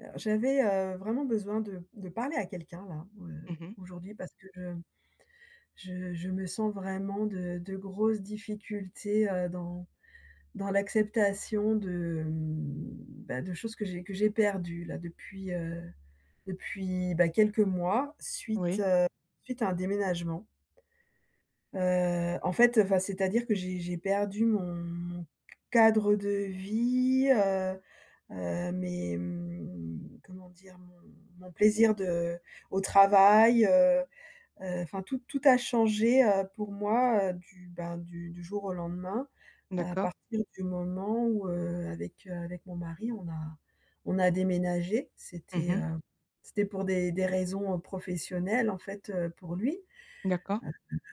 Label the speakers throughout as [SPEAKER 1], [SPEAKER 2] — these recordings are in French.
[SPEAKER 1] J'avais, vraiment besoin de parler à quelqu'un là,
[SPEAKER 2] Mmh mh.
[SPEAKER 1] aujourd'hui parce que je me sens vraiment de grosses difficultés, dans dans l'acceptation de, bah, de choses que j'ai perdues là depuis, depuis, bah, quelques mois suite,
[SPEAKER 2] Oui,
[SPEAKER 1] suite à un déménagement. En fait, c'est-à-dire que j'ai perdu mon cadre de vie, mes, comment dire? Mon plaisir de au travail, enfin tout a changé, pour moi, du ben, du jour au lendemain, à
[SPEAKER 2] d'accord.
[SPEAKER 1] partir du moment où, avec, avec mon mari, on a déménagé.
[SPEAKER 2] Mmh
[SPEAKER 1] C'était,
[SPEAKER 2] mh.
[SPEAKER 1] c'était pour des raisons, professionnelles en fait, pour lui,
[SPEAKER 2] D'accord.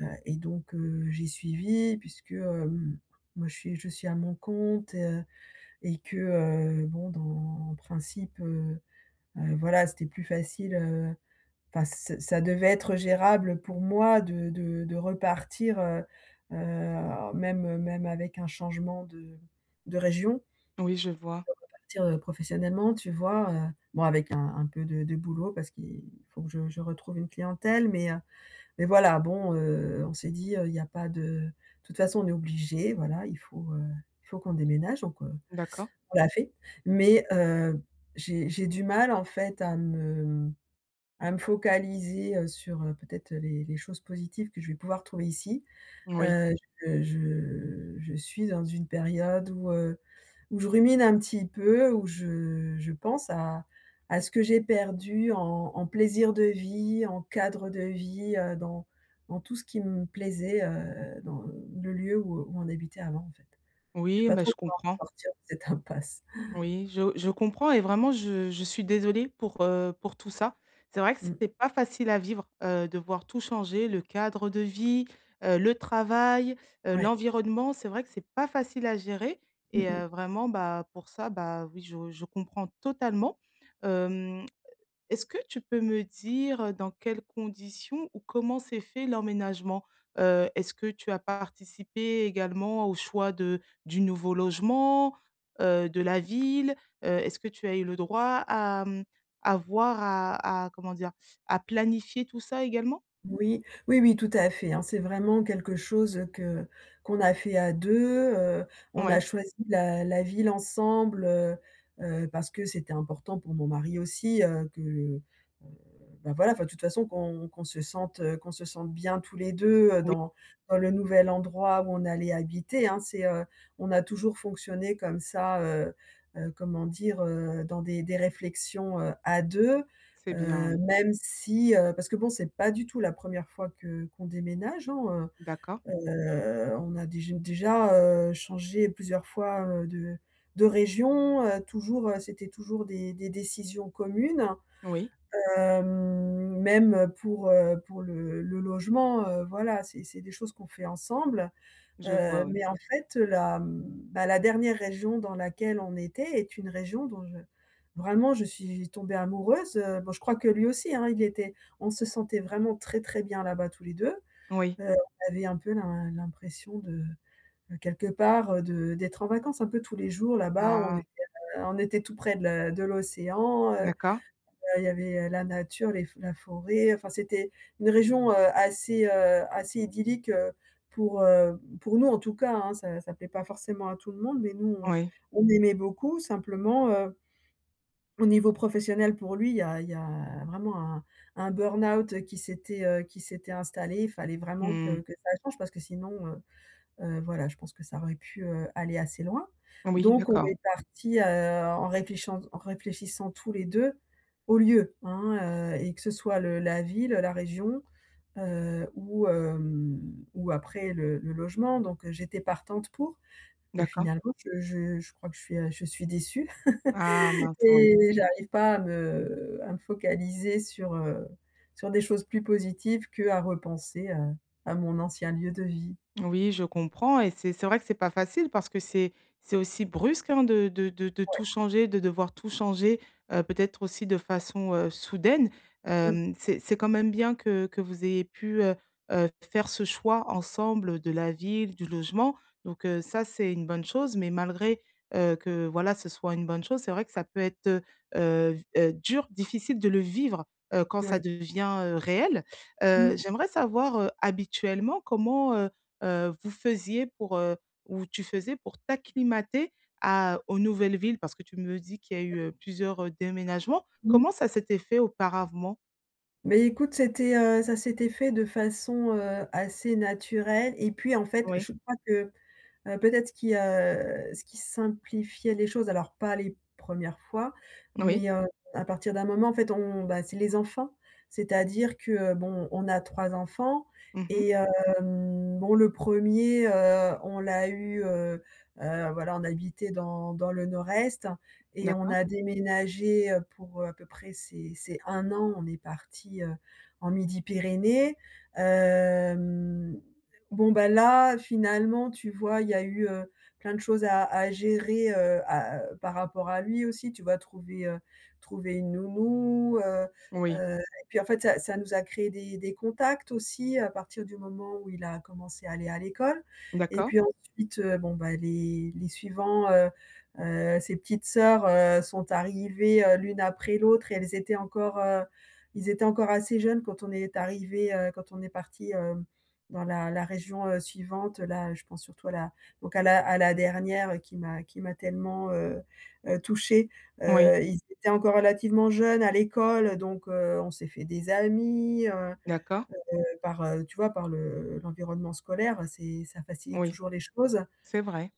[SPEAKER 1] et donc, j'ai suivi puisque, moi je suis à mon compte, et que, bon, dans en principe, voilà, c'était plus facile, enfin, ç ça devait être gérable pour moi de repartir, même, même avec un changement de région,
[SPEAKER 2] Oui, je vois.
[SPEAKER 1] partir, professionnellement, tu vois? Bon, avec un peu de boulot parce qu'il faut que je retrouve une clientèle, mais voilà, bon, on s'est dit, «Il y a pas de toute façon, on est obligé, voilà, il faut qu'on déménage, donc»
[SPEAKER 2] D'accord.
[SPEAKER 1] on l'a fait, mais j'ai du mal en fait à me focaliser, sur, peut-être, les choses positives que je vais pouvoir trouver ici.
[SPEAKER 2] Oui.
[SPEAKER 1] Heu, je suis dans une période où, où je rumine un petit peu, où je pense à ce que j'ai perdu en en plaisir de vie, en cadre de vie, dans dans tout ce qui me plaisait, dans le lieu où on habitait avant en fait. Je ne sais
[SPEAKER 2] Oui,
[SPEAKER 1] pas
[SPEAKER 2] bah,
[SPEAKER 1] trop
[SPEAKER 2] je
[SPEAKER 1] comment
[SPEAKER 2] comprends.
[SPEAKER 1] sortir de cette impasse.
[SPEAKER 2] Oui, je comprends et vraiment je suis désolée pour tout ça. C'est vrai que
[SPEAKER 1] Mmh.
[SPEAKER 2] c'est pas facile à vivre, de voir tout changer, le cadre de vie, le travail,
[SPEAKER 1] Ouais.
[SPEAKER 2] l'environnement. C'est vrai que c'est pas facile à gérer
[SPEAKER 1] Mmh
[SPEAKER 2] et
[SPEAKER 1] mh.
[SPEAKER 2] vraiment, bah, pour ça, bah, oui, je comprends totalement. Hem Est-ce que tu peux me dire, dans quelles conditions ou comment s'est fait l'emménagement? Est-ce que tu as participé également au choix de du nouveau logement, de la ville? Est-ce que tu as eu le droit à, à voir, à comment dire? À planifier tout ça également?
[SPEAKER 1] Oui, oui, oui, tout à fait, hein. C'est vraiment quelque chose, que qu'on a fait à 2. On a
[SPEAKER 2] Oui,
[SPEAKER 1] choisi la ville ensemble, parce que c'était important pour mon mari aussi, que, bah, voilà, enfin, de toute façon qu'on se sente, qu'on se sente bien tous les 2
[SPEAKER 2] oui,
[SPEAKER 1] dans dans le nouvel endroit où on allait habiter, hein. C'est, on a toujours fonctionné comme ça, comment dire? Dans des réflexions, à 2.
[SPEAKER 2] c'est bien, oui.
[SPEAKER 1] Même si, parce que bon, c'est pas du tout la première fois que qu'on déménage, hein,
[SPEAKER 2] D'accord.
[SPEAKER 1] on a déjà, changé plusieurs fois, de région, toujours, c'était toujours des décisions communes.
[SPEAKER 2] Oui,
[SPEAKER 1] Hem, même, pour le logement, voilà, c'est des choses qu'on fait ensemble.
[SPEAKER 2] je vois, oui.
[SPEAKER 1] Mais en fait, la dernière région dans laquelle on était est une région dont je vraiment je suis tombée amoureuse, bon je crois que lui aussi, hein, il était on se sentait vraiment très, très bien là-bas tous les deux.
[SPEAKER 2] Oui.
[SPEAKER 1] On avait un peu l'impression de, quelque part, de d'être en vacances un peu tous les jours là-bas.
[SPEAKER 2] Ah,
[SPEAKER 1] On était tout près de l'océan,
[SPEAKER 2] d'accord.
[SPEAKER 1] il y avait, la nature, les f la forêt, enfin c'était une région, assez, assez idyllique, pour nous en tout cas, hein. Ça ça plaît pas forcément à tout le monde, mais nous
[SPEAKER 2] Oui.
[SPEAKER 1] on aimait beaucoup simplement, au niveau professionnel pour lui, il y a vraiment un burn-out qui s'était installé. Il fallait vraiment que
[SPEAKER 2] Mmh.
[SPEAKER 1] que ça change parce que sinon, voilà, je pense que ça aurait pu, aller assez loin.
[SPEAKER 2] Oui,
[SPEAKER 1] Donc on
[SPEAKER 2] d'accord.
[SPEAKER 1] est partis, en réfléchissant tous les 2 au lieu, hein, et que ce soit le la ville, la région, ou ou après le logement. Donc j'étais partante pour, mais
[SPEAKER 2] D'accord.
[SPEAKER 1] finalement je crois que je suis déçue
[SPEAKER 2] Ah mince, oui.
[SPEAKER 1] et j'arrive pas à me focaliser sur, sur des choses plus positives qu'à repenser, à mon ancien lieu de vie.
[SPEAKER 2] Oui, je comprends et c'est vrai que c'est pas facile parce que c'est aussi brusque, hein, de
[SPEAKER 1] Ouais.
[SPEAKER 2] tout changer, de devoir tout changer, peut-être aussi de façon, soudaine.
[SPEAKER 1] Mmh.
[SPEAKER 2] Hem, c'est quand même bien que vous ayez pu, faire ce choix ensemble de la ville, du logement. Donc ça, c'est une bonne chose, mais malgré, que voilà, ce soit une bonne chose, c'est vrai que ça peut être, v dur, difficile de le vivre, quand ça
[SPEAKER 1] Oui.
[SPEAKER 2] devient, réel.
[SPEAKER 1] Mmh.
[SPEAKER 2] J'aimerais savoir, habituellement, comment, vous faisiez pour, ou tu faisais pour t'acclimater à aux nouvelles villes? Parce que tu me dis qu'il y a eu, plusieurs, déménagements.
[SPEAKER 1] Mmh.
[SPEAKER 2] Comment ça s'était fait auparavant?
[SPEAKER 1] Beh, écoute, c'était, ça s'était fait de façon, assez naturelle et puis, en fait,
[SPEAKER 2] Oui,
[SPEAKER 1] je crois que. Peut-être ce qui simplifiait les choses, alors pas les premières fois,
[SPEAKER 2] oui.
[SPEAKER 1] mais, à partir d'un moment, en fait, on bah, c'est les enfants. C'est-à-dire que, bon, on a 3 enfants
[SPEAKER 2] Mmh.
[SPEAKER 1] et bon, le premier on l'a eu, voilà, on habitait dans dans le nord-est et on
[SPEAKER 2] D'accord.
[SPEAKER 1] a déménagé, pour, à peu près ses un an, on est parti, en Midi-Pyrénées. Hem Bon, bah, là, finalement, tu vois, il y a eu, plein de choses à gérer, à par rapport à lui aussi, tu vois? Trouver, trouver une nounou,
[SPEAKER 2] Oui.
[SPEAKER 1] et puis, en fait, ça ça nous a créé des contacts aussi à partir du moment où il a commencé à aller à l'école et
[SPEAKER 2] D'accord.
[SPEAKER 1] puis ensuite, bon, bah, les suivants, ses petites sœurs, sont arrivées, l'une après l'autre et elles étaient encore, ils étaient encore assez jeunes quand on est arrivé quand on est parti hem dans la région, suivante, là, je pense surtout à la donc à la dernière qui m'a tellement, touchée.
[SPEAKER 2] Oui.
[SPEAKER 1] Ils étaient encore relativement jeunes à l'école, donc on s'est fait des amis,
[SPEAKER 2] D'accord.
[SPEAKER 1] par, tu vois, par le l'environnement scolaire, c'est ça facilite
[SPEAKER 2] Oui.
[SPEAKER 1] toujours les choses.
[SPEAKER 2] C'est vrai.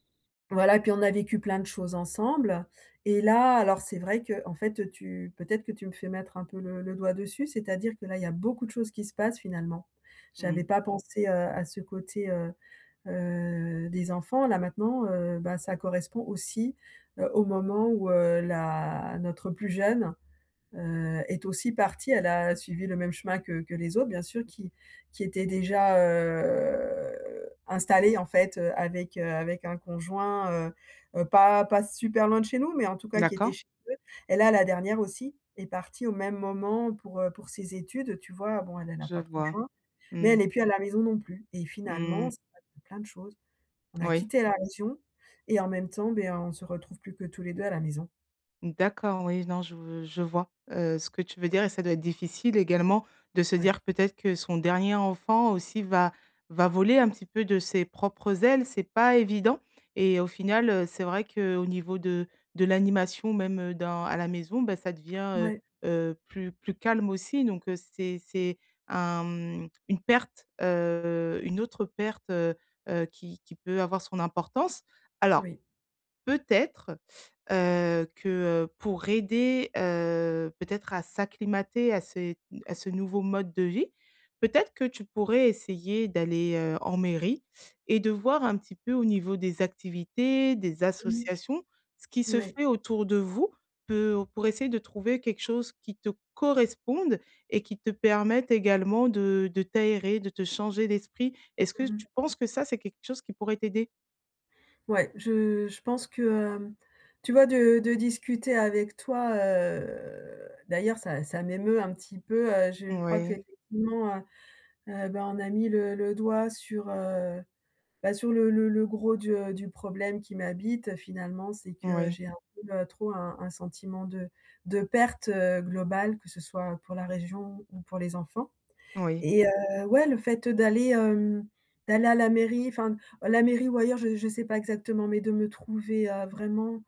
[SPEAKER 1] Voilà, puis on a vécu plein de choses ensemble et là, alors c'est vrai que en fait, tu peut-être que tu me fais mettre un peu le doigt dessus, c'est-à-dire que là, il y a beaucoup de choses qui se passent finalement. J'avais
[SPEAKER 2] Mmh.
[SPEAKER 1] pas pensé, à ce côté, des enfants là maintenant, bah, ça correspond aussi, au moment où, la notre plus jeune, est aussi partie. Elle a suivi le même chemin que les autres bien sûr qui étaient déjà, installés en fait, avec, avec un conjoint, pas pas super loin de chez nous, mais en tout cas qui était
[SPEAKER 2] D'accord.
[SPEAKER 1] chez eux. Et là, la dernière aussi est partie au même moment pour ses études, tu vois? Bon, elle a
[SPEAKER 2] Je
[SPEAKER 1] pas de
[SPEAKER 2] vois.
[SPEAKER 1] conjoint, mais
[SPEAKER 2] Mmh.
[SPEAKER 1] elle n'est plus à la maison non plus et finalement,
[SPEAKER 2] Mmh.
[SPEAKER 1] ça m'a appris plein de choses. On a
[SPEAKER 2] Oui.
[SPEAKER 1] quitté la région et en même temps, beh, on se retrouve plus que tous les deux à la maison.
[SPEAKER 2] D'accord, oui, non, je vois, ce que tu veux dire et ça doit être difficile également de se
[SPEAKER 1] Ouais.
[SPEAKER 2] dire peut-être que son dernier enfant aussi va voler un petit peu de ses propres ailes, c'est pas évident et au final, c'est vrai qu'au niveau de l'animation même, dans à la maison, bah, ça devient,
[SPEAKER 1] Ouais,
[SPEAKER 2] plus plus calme aussi donc c'est un, une perte, une autre perte, qui peut avoir son importance. Alors
[SPEAKER 1] oui.
[SPEAKER 2] peut-être, que, pour aider, peut-être à s'acclimater à ce nouveau mode de vie, peut-être que tu pourrais essayer d'aller, en mairie et de voir un petit peu au niveau des activités, des
[SPEAKER 1] Mmh.
[SPEAKER 2] associations, ce qui se
[SPEAKER 1] Ouais.
[SPEAKER 2] fait autour de vous peu pour essayer de trouver quelque chose qui te corresponde et qui te permette également de t'aérer, de te changer d'esprit. Est-ce que
[SPEAKER 1] Mmh.
[SPEAKER 2] tu penses que ça, c'est quelque chose qui pourrait t'aider?
[SPEAKER 1] Ouais, je pense que, tu vois, de discuter avec toi, d'ailleurs ça ça m'émeut un petit peu, je crois
[SPEAKER 2] Oui,
[SPEAKER 1] qu'effectivement, ben, on a mis le doigt sur, Bah, sur le gros du problème qui m'habite, finalement, c'est que
[SPEAKER 2] oui,
[SPEAKER 1] j'ai un peu, trop un sentiment de perte, globale, que ce soit pour la région ou pour les enfants
[SPEAKER 2] oui.
[SPEAKER 1] et ouais, le fait d'aller, d'aller à la mairie, enfin, la mairie ou ailleurs, je ne sais pas exactement, mais de me trouver, vraiment,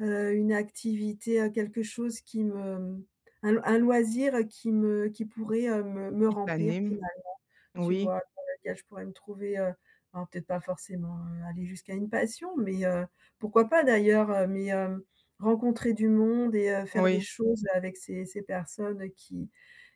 [SPEAKER 1] une activité, quelque chose qui me, mmh, un loisir qui pourrait, me
[SPEAKER 2] Qui
[SPEAKER 1] remplir
[SPEAKER 2] t'anime.
[SPEAKER 1] finalement. Tu
[SPEAKER 2] Oui,
[SPEAKER 1] vois? Dans lequel je pourrais me trouver, alors peut-être pas forcément, aller jusqu'à une passion, mais pourquoi pas d'ailleurs, mais rencontrer du monde et faire des
[SPEAKER 2] oui,
[SPEAKER 1] choses avec ces personnes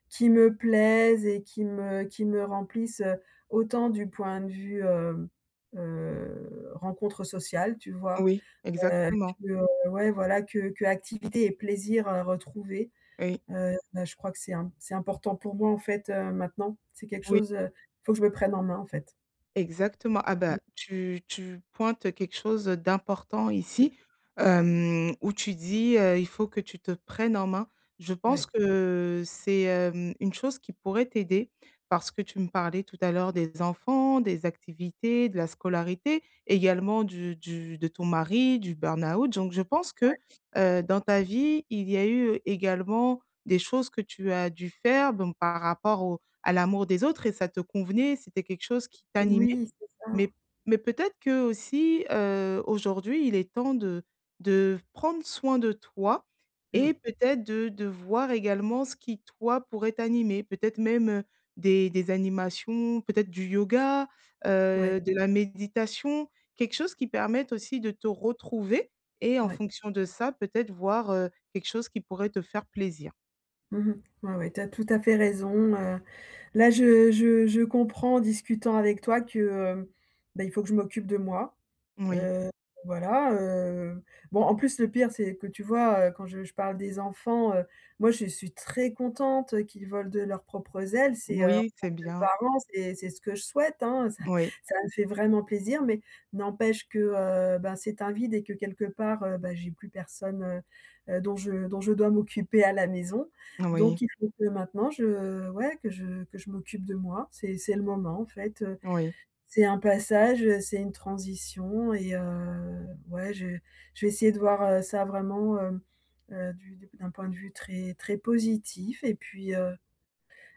[SPEAKER 1] qui me plaisent et qui me remplissent, autant du point de vue, rencontre sociale, tu vois?
[SPEAKER 2] oui,
[SPEAKER 1] Heu,
[SPEAKER 2] exactement.
[SPEAKER 1] que, ouais voilà, que activité et plaisir, retrouvés.
[SPEAKER 2] Oui,
[SPEAKER 1] Bah, je crois que c'est important pour moi, en fait, maintenant. C'est quelque
[SPEAKER 2] oui.
[SPEAKER 1] chose, faut que je me prenne en main, en fait.
[SPEAKER 2] Exactement. Ah
[SPEAKER 1] Mmh,
[SPEAKER 2] bah, tu pointes quelque chose d'important ici, hem, où tu dis, «Il faut que tu te prennes en main». Je pense
[SPEAKER 1] ouais.
[SPEAKER 2] que c'est, hem, une chose qui pourrait t'aider parce que tu me parlais tout à l'heure des enfants, des activités, de la scolarité, également du de ton mari, du burn-out. Donc je pense que, dans ta vie, il y a eu également des choses que tu as dû faire, donc par rapport au à l'amour des autres et ça te convenait, c'était quelque chose qui t'animait.
[SPEAKER 1] Oui, c'est ça.
[SPEAKER 2] Mais mais peut-être qu'aussi, aujourd'hui, il est temps de prendre soin de toi
[SPEAKER 1] Mmh,
[SPEAKER 2] et peut-être de voir également ce qui, toi, pourrait t'animer. Peut-être même, des animations, peut-être du yoga,
[SPEAKER 1] ouais,
[SPEAKER 2] de la méditation, quelque chose qui permette aussi de te retrouver et en
[SPEAKER 1] ouais.
[SPEAKER 2] fonction de ça, peut-être voir, quelque chose qui pourrait te faire plaisir.
[SPEAKER 1] Mmh mh. Ouais, ouais, tu as tout à fait raison, là, je comprends en discutant avec toi que, bah, il faut que je m'occupe de moi.
[SPEAKER 2] Oui.
[SPEAKER 1] Heu, voilà, bon, en plus, le pire, c'est que tu vois, quand je parle des enfants, moi, je suis très contente, qu'ils volent de leurs propres ailes. C'est, en
[SPEAKER 2] Oui,
[SPEAKER 1] tant
[SPEAKER 2] c'est
[SPEAKER 1] que
[SPEAKER 2] bien.
[SPEAKER 1] parent, c'est ce que je souhaite, hein, ça
[SPEAKER 2] Oui,
[SPEAKER 1] ça me fait vraiment plaisir, mais n'empêche que, ben, c'est un vide et que quelque part, bah, j'ai plus personne, dont je dois m'occuper à la maison.
[SPEAKER 2] oui.
[SPEAKER 1] Donc il faut que maintenant je ouais, que je m'occupe de moi. C'est le moment, en fait,
[SPEAKER 2] Oui,
[SPEAKER 1] c'est un passage, c'est une transition et ouais, je vais essayer de voir, ça vraiment, hem, du d'un point de vue très très positif et puis,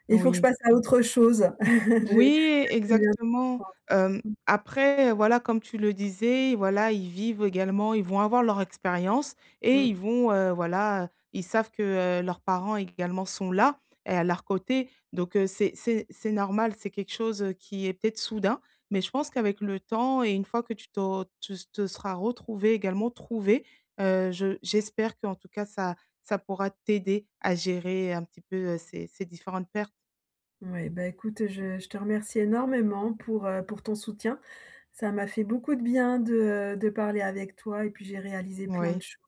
[SPEAKER 1] il faut que je
[SPEAKER 2] oui.
[SPEAKER 1] passe à autre chose. J'ai
[SPEAKER 2] Oui,
[SPEAKER 1] je viens de
[SPEAKER 2] exactement.
[SPEAKER 1] comprendre.
[SPEAKER 2] Hem, après, voilà, comme tu le disais, voilà, ils vivent également, ils vont avoir leur expérience et
[SPEAKER 1] Mmh
[SPEAKER 2] ils
[SPEAKER 1] mh.
[SPEAKER 2] vont, voilà, ils savent que, leurs parents également sont là et à leur côté. Donc, c'est normal, c'est quelque chose, qui est peut-être soudain, mais je pense qu'avec le temps et une fois que tu te seras retrouvé également trouvé, je j'espère qu'en tout cas ça pourra t'aider à gérer un petit peu, ces différentes pertes.
[SPEAKER 1] Ouais, bah, écoute, je te remercie énormément pour ton soutien. Ça m'a fait beaucoup de bien de parler avec toi et puis j'ai réalisé plein de
[SPEAKER 2] Oui.
[SPEAKER 1] cho